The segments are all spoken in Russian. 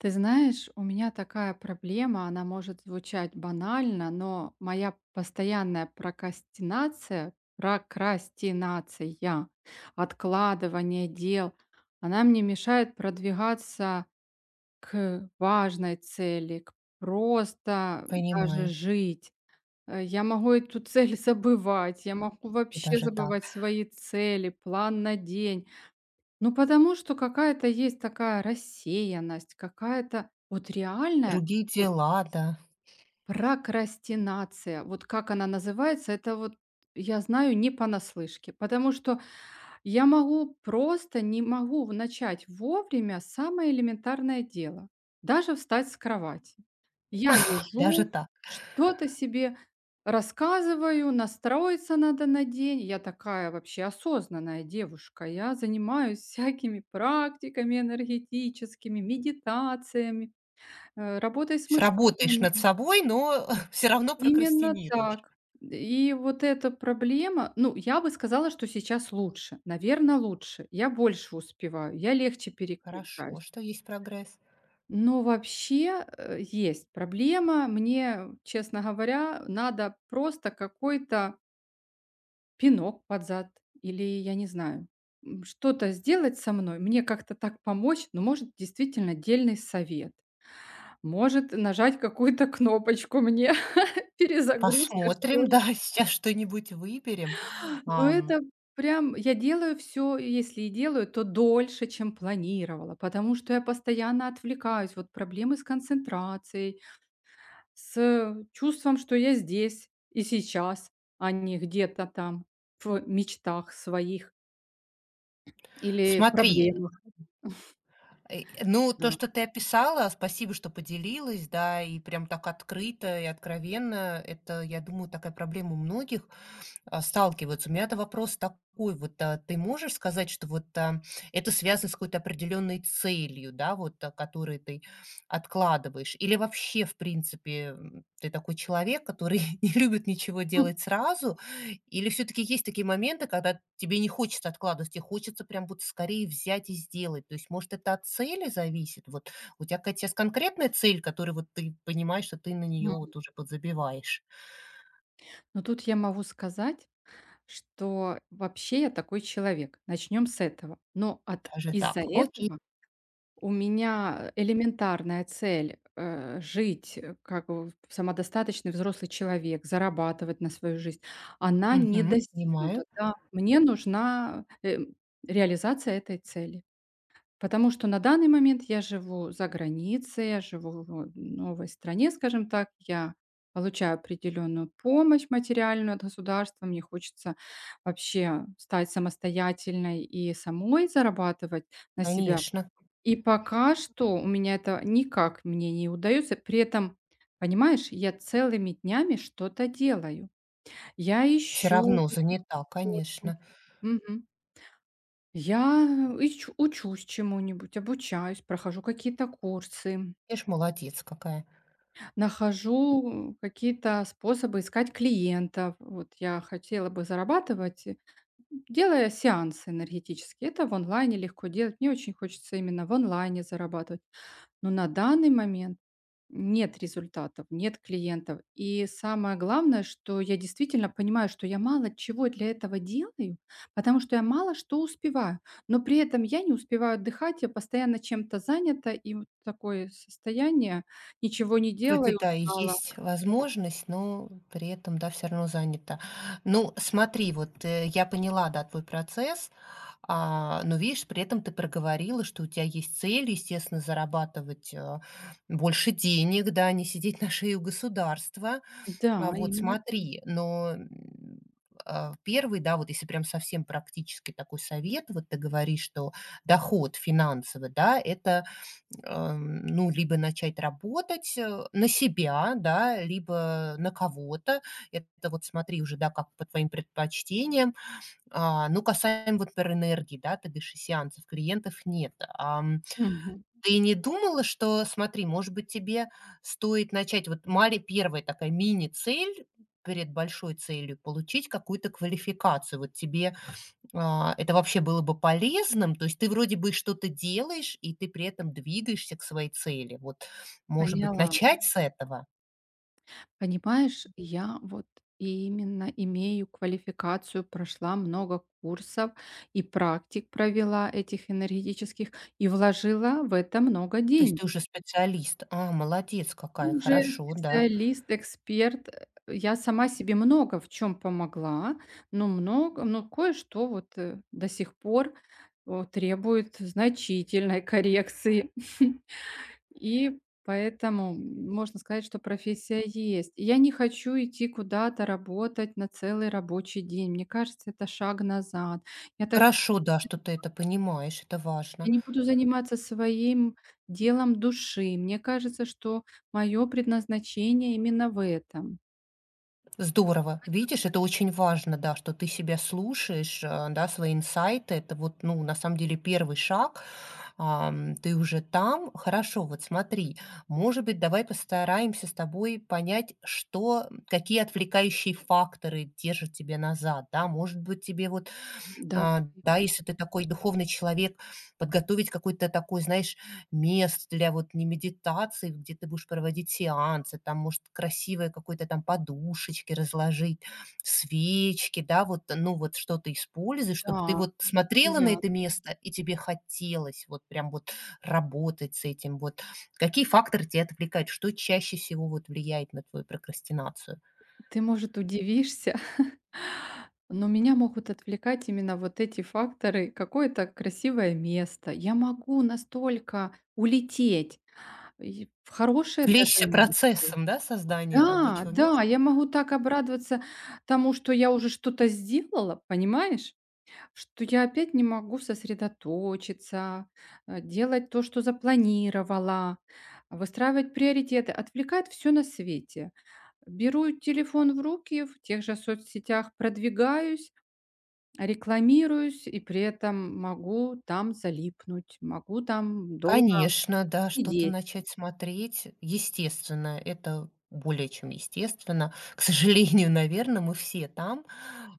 Ты знаешь, у меня такая проблема, она может звучать банально, но моя постоянная прокрастинация, откладывание дел, она мне мешает продвигаться к важной цели, к просто даже Понимаю. жить. Я могу эту цель забывать, я могу И вообще даже так. забывать свои цели, план на день. Ну, потому что какая-то есть такая рассеянность, какая-то вот реальная Другие вот дела, да. прокрастинация. Вот как она называется, это вот я знаю не понаслышке, потому что я могу просто не могу начать вовремя самое элементарное дело, даже встать с кровати. Я Даже лежу, так. что-то себе рассказываю, настроиться надо на день. Я такая вообще осознанная девушка. Я занимаюсь всякими практиками энергетическими, медитациями, работой с С Работаешь над мышлением. собой, но все равно Именно прокрастинируешь. так. И вот эта проблема, ну, я бы сказала, что сейчас лучше. Наверное, лучше. Я больше успеваю, я легче Хорошо, переключаюсь. что есть прогресс. Но вообще, есть проблема. Мне, честно говоря, надо просто какой-то пинок под зад или, я не знаю, что-то сделать со мной, мне как-то так помочь. Ну, может, действительно дельный совет, может, нажать какую-то кнопочку мне, перезагрузка, что Посмотрим, ли. да, сейчас что-нибудь выберем. Но Ам, это прям я делаю все, если и делаю, то дольше, чем планировала, потому что я постоянно отвлекаюсь. Вот проблемы с концентрацией. С чувством, что я здесь и сейчас, а не где-то там в мечтах своих или смотри, проблемах, ну, то, да. что ты описала, спасибо, что поделилась, да, и прям так открыто и откровенно. Это, я думаю, такая проблема у многих. Сталкиваются. У меня это вопрос такой, вот ты можешь сказать, что вот это связано с какой-то определенной целью, да, вот, которую ты откладываешь? Или вообще, в принципе, ты такой человек, который не любит ничего делать сразу? Или все-таки есть такие моменты, когда тебе не хочется откладывать, тебе хочется прям вот скорее взять и сделать? То есть, может, это от цели зависит? Вот у тебя какая-то сейчас конкретная цель, которую вот ты понимаешь, что ты на нее Мгм. вот уже подзабиваешь? Но тут я могу сказать, что вообще я такой человек. Начнем с этого. Но от Даже из-за так. Окей. этого у меня элементарная цель, жить, как в самодостаточный взрослый человек, зарабатывать на свою жизнь, она не Мгм. Понимаю, достигнута. Да, мне нужна, реализация этой цели. Потому что на данный момент я живу за границей, я живу в новой стране, скажем так. Я получаю определенную помощь материальную от государства. Мне хочется вообще стать самостоятельной и самой зарабатывать на себя. конечно. И пока что у меня это никак мне не удается. При этом, понимаешь, я целыми днями что-то делаю. Я Все ищу равно какие-то занята, источники. конечно. Я ич учусь чему-нибудь, обучаюсь, прохожу какие-то курсы, Видишь, молодец какая. нахожу какие-то способы искать клиентов. Вот я хотела бы зарабатывать, делая сеансы энергетические. Это в онлайне легко делать. Мне очень хочется именно в онлайне зарабатывать. Но на данный момент нет результатов, нет клиентов. И самое главное, что я действительно понимаю, что я мало чего для этого делаю, потому что я мало что успеваю. Но при этом я не успеваю отдыхать, я постоянно чем-то занята, и вот такое состояние, ничего не Вроде, делаю, да, и устала. есть возможность, но при этом, да, все равно занята. Ну, смотри, вот, я поняла, да, твой процесс, но, видишь, при этом ты проговорила, что у тебя есть цель, естественно, зарабатывать, больше денег, да, не сидеть на шее у государства. А Да, вот именно так. смотри, но, 1, да, вот если прям совсем практический такой совет, вот ты говоришь, что доход финансовый, да, это, ну, либо начать работать, на себя, да, либо на кого-то. Это вот смотри уже, да, как по твоим предпочтениям. А, ну, касаемо вот, например, энергии, да, ты говоришь, сеансов, клиентов нет. Мгм. Ты не думала, что, смотри, может быть, тебе стоит начать вот маре первая такая мини-цель перед большой целью — получить какую-то квалификацию. Вот тебе, это вообще было бы полезным? То есть ты вроде бы что-то делаешь, и ты при этом двигаешься к своей цели. Вот, может быть, Поняла. начать с этого? Понимаешь, я вот именно имею квалификацию, прошла много курсов и практик провела этих энергетических и вложила в это много То есть денег. ты уже специалист. А, молодец какая, Уже хорошо, да. специалист, эксперт. Я сама себе много в чем помогла, но кое-что вот до сих пор требует значительной коррекции. И поэтому можно сказать, что профессия есть. И я не хочу идти куда-то работать на целый рабочий день. Мне кажется, это шаг назад. Я так Хорошо, да, что ты это понимаешь, это я важно. не буду заниматься своим делом души. Мне кажется, что мое предназначение именно в этом. Здорово. Видишь, это очень важно, да, что ты себя слушаешь, да, свои инсайты. Это вот, ну, на самом деле первый шаг. Ты уже там. Хорошо, вот смотри, может быть, давай постараемся с тобой понять, что, какие отвлекающие факторы держат тебя назад, да. Может быть, тебе вот Да, да, если ты такой духовный человек, подготовить какой то такой, знаешь, место для вот не медитации, где ты будешь проводить сеансы, там, может, красивые какой-то там подушечки разложить, свечки, да, вот, ну, вот что-то используешь, чтобы ты да, вот смотрела на я. это место, и тебе хотелось вот прям вот работать с этим. Вот какие факторы тебя отвлекают? Что чаще всего вот влияет на твою прокрастинацию? Ты, может, удивишься, но меня могут отвлекать именно вот эти факторы. Какое-то красивое место. Я могу настолько улететь. И в хорошие даже Влечься эмоции. процессом, да, создания Да, рабочего да, места? я могу так обрадоваться тому, что я уже что-то сделала, понимаешь? Что я опять не могу сосредоточиться, делать то, что запланировала, выстраивать приоритеты. Отвлекает все на свете. Беру телефон в руки, в тех же соцсетях продвигаюсь, рекламируюсь и при этом могу там залипнуть, могу там долго Конечно, да, что-то сидеть. начать смотреть. Естественно, это более чем естественно. К сожалению, наверное, мы все там.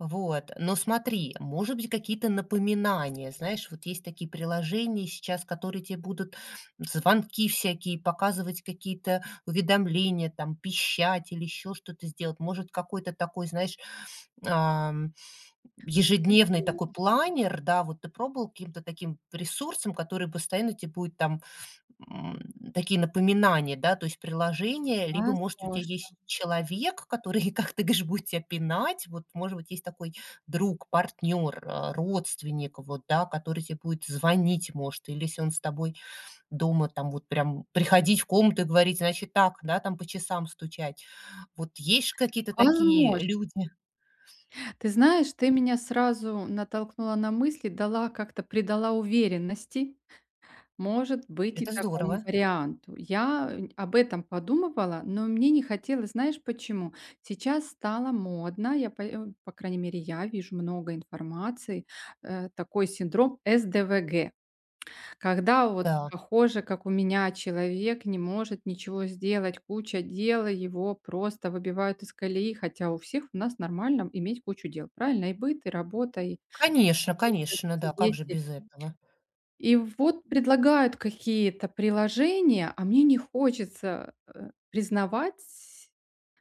Вот. Но смотри, может быть, какие-то напоминания. Знаешь, вот есть такие приложения сейчас, которые тебе будут звонки всякие, показывать какие-то уведомления, там, пищать или еще что-то сделать. Может, какой-то такой, знаешь, ежедневный М, такой планер, да, вот ты пробовал каким-то таким ресурсом, который постоянно тебе будет там, м, такие напоминания, да, то есть приложение, либо, может, у тебя возможно, есть человек, который, как ты говоришь, будет тебя пинать, вот, может быть, есть такой друг, партнер, родственник, вот, да, который тебе будет звонить, может, или если он с тобой дома там вот прям приходить в комнату и говорить: "Значит так", да, там по часам стучать. Вот есть ж какие-то такие возможно. люди? Ты знаешь, ты меня сразу натолкнула на мысли, дала как-то придала уверенности. Может быть, и Это такому здорово. варианту. Я об этом подумывала, но мне не хотелось, знаешь почему? Сейчас стало модно, я, по крайней мере, я вижу много информации, такой синдром СДВГ. Когда вот Да. похоже, как у меня, человек не может ничего сделать, куча дела, его просто выбивают из колеи, хотя у всех у нас нормально иметь кучу дел, правильно? И быт, и работа, и Конечно, муж, конечно, и да, как же дети. без этого? И вот предлагают какие-то приложения, а мне не хочется, признавать,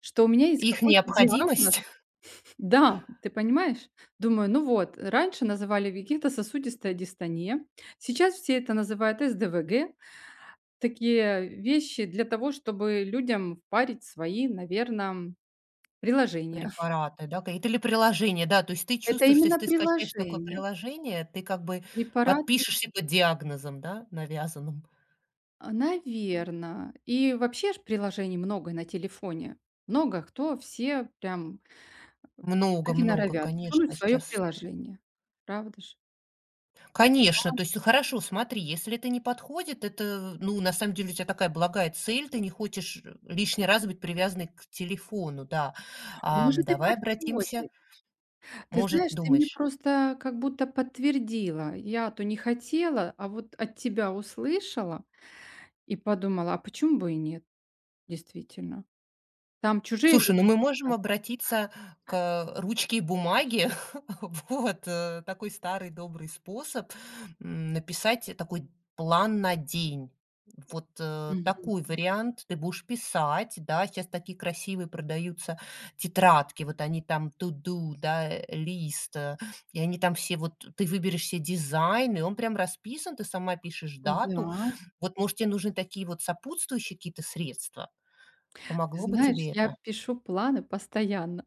что у меня есть Их какой-то диагноз. необходимость. Да, ты понимаешь? Думаю, ну вот, раньше называли какие-то сосудистая дистония, сейчас все это называют СДВГ. Такие вещи для того, чтобы людям впарить свои, наверное, приложения. Препараты, да, какие-то или приложения, да, то есть ты Это чувствуешь, что именно если ты скачаешь такое приложения. приложение, ты как бы Препарат подпишешься под диагнозом, да, навязанным. наверное, И вообще ж приложений много на телефоне. Много кто, все прям Много, так и много, норовят конечно, сунуть свое сейчас приложение. Правда же? конечно, то есть хорошо, смотри, если это не подходит, это, ну, на самом деле у тебя такая благая цель, ты не хочешь лишний раз быть привязанной к телефону, да. Может, и Давай обратимся, подходит. Ты может, знаешь, ты мне думаешь, просто как будто подтвердила. Я-то не хотела, а вот от тебя услышала и подумала: "А почему бы и нет?" Действительно. Там чужие люди слушай, ну мы можем просто. обратиться к ручке и бумаге. Вот такой старый добрый способ, написать такой план на день. Вот Мгм. такой вариант ты будешь писать, да, сейчас такие красивые продаются тетрадки, вот они там to-do, да, лист, и они там все, вот ты выберешь себе дизайн, и он прям расписан, ты сама пишешь дату. Да, Вот, может, тебе нужны такие вот сопутствующие какие-то средства? ты Помогло бы знаешь, тебе я это? пишу планы постоянно.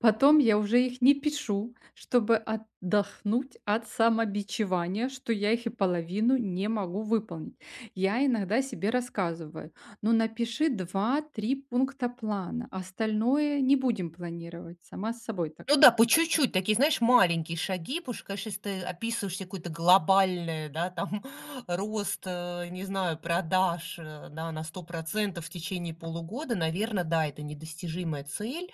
Потом я уже их не пишу, чтобы отдохнуть от самобичевания, что я их и половину не могу выполнить. Я иногда себе рассказываю: "Ну, напиши два-три пункта плана, остальное не будем планировать". Сама с собой так. Ну да, по чуть-чуть, такие, знаешь, маленькие шаги, потому что, конечно, если ты описываешь себе какое-то глобальное, да, там, рост, не знаю, продаж, да, на 100% в течение полугода, наверное, да, это недостижимая цель,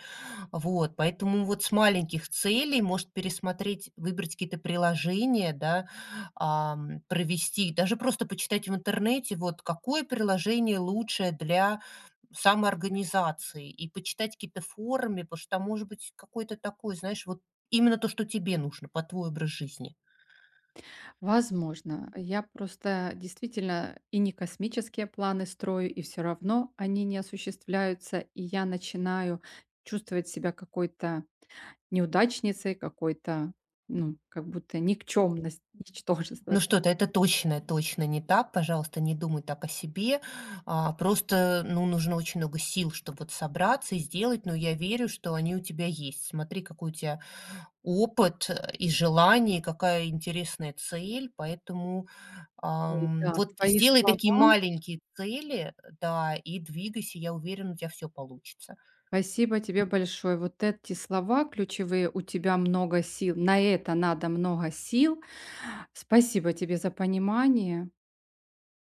вот, поэтому вот с маленьких целей, может, пересмотреть, выбрать какие-то приложения, да, провести, даже просто почитать в интернете, вот, какое приложение лучшее для самоорганизации и почитать какие-то форумы, потому что там может быть какой-то такой, знаешь, вот именно то, что тебе нужно под твой образ жизни. Возможно, я просто действительно и не космические планы строю, и все равно они не осуществляются, и я начинаю чувствовать себя какой-то неудачницей, какой-то, ну, как будто никчемность. ничтожество. Ну что-то это точно не так. Пожалуйста, не думай так о себе. А, просто, ну, нужно очень много сил, чтобы вот собраться и сделать, но я верю, что они у тебя есть. Смотри, какой у тебя опыт, и желание, и какая интересная цель. Поэтому, Ой, да, вот твои сделай такие слова. маленькие цели, да, и двигайся. Я уверена, у тебя все получится. Спасибо М. тебе большое. Вот эти слова ключевые: "У тебя много сил", на это надо много сил. Спасибо тебе за понимание.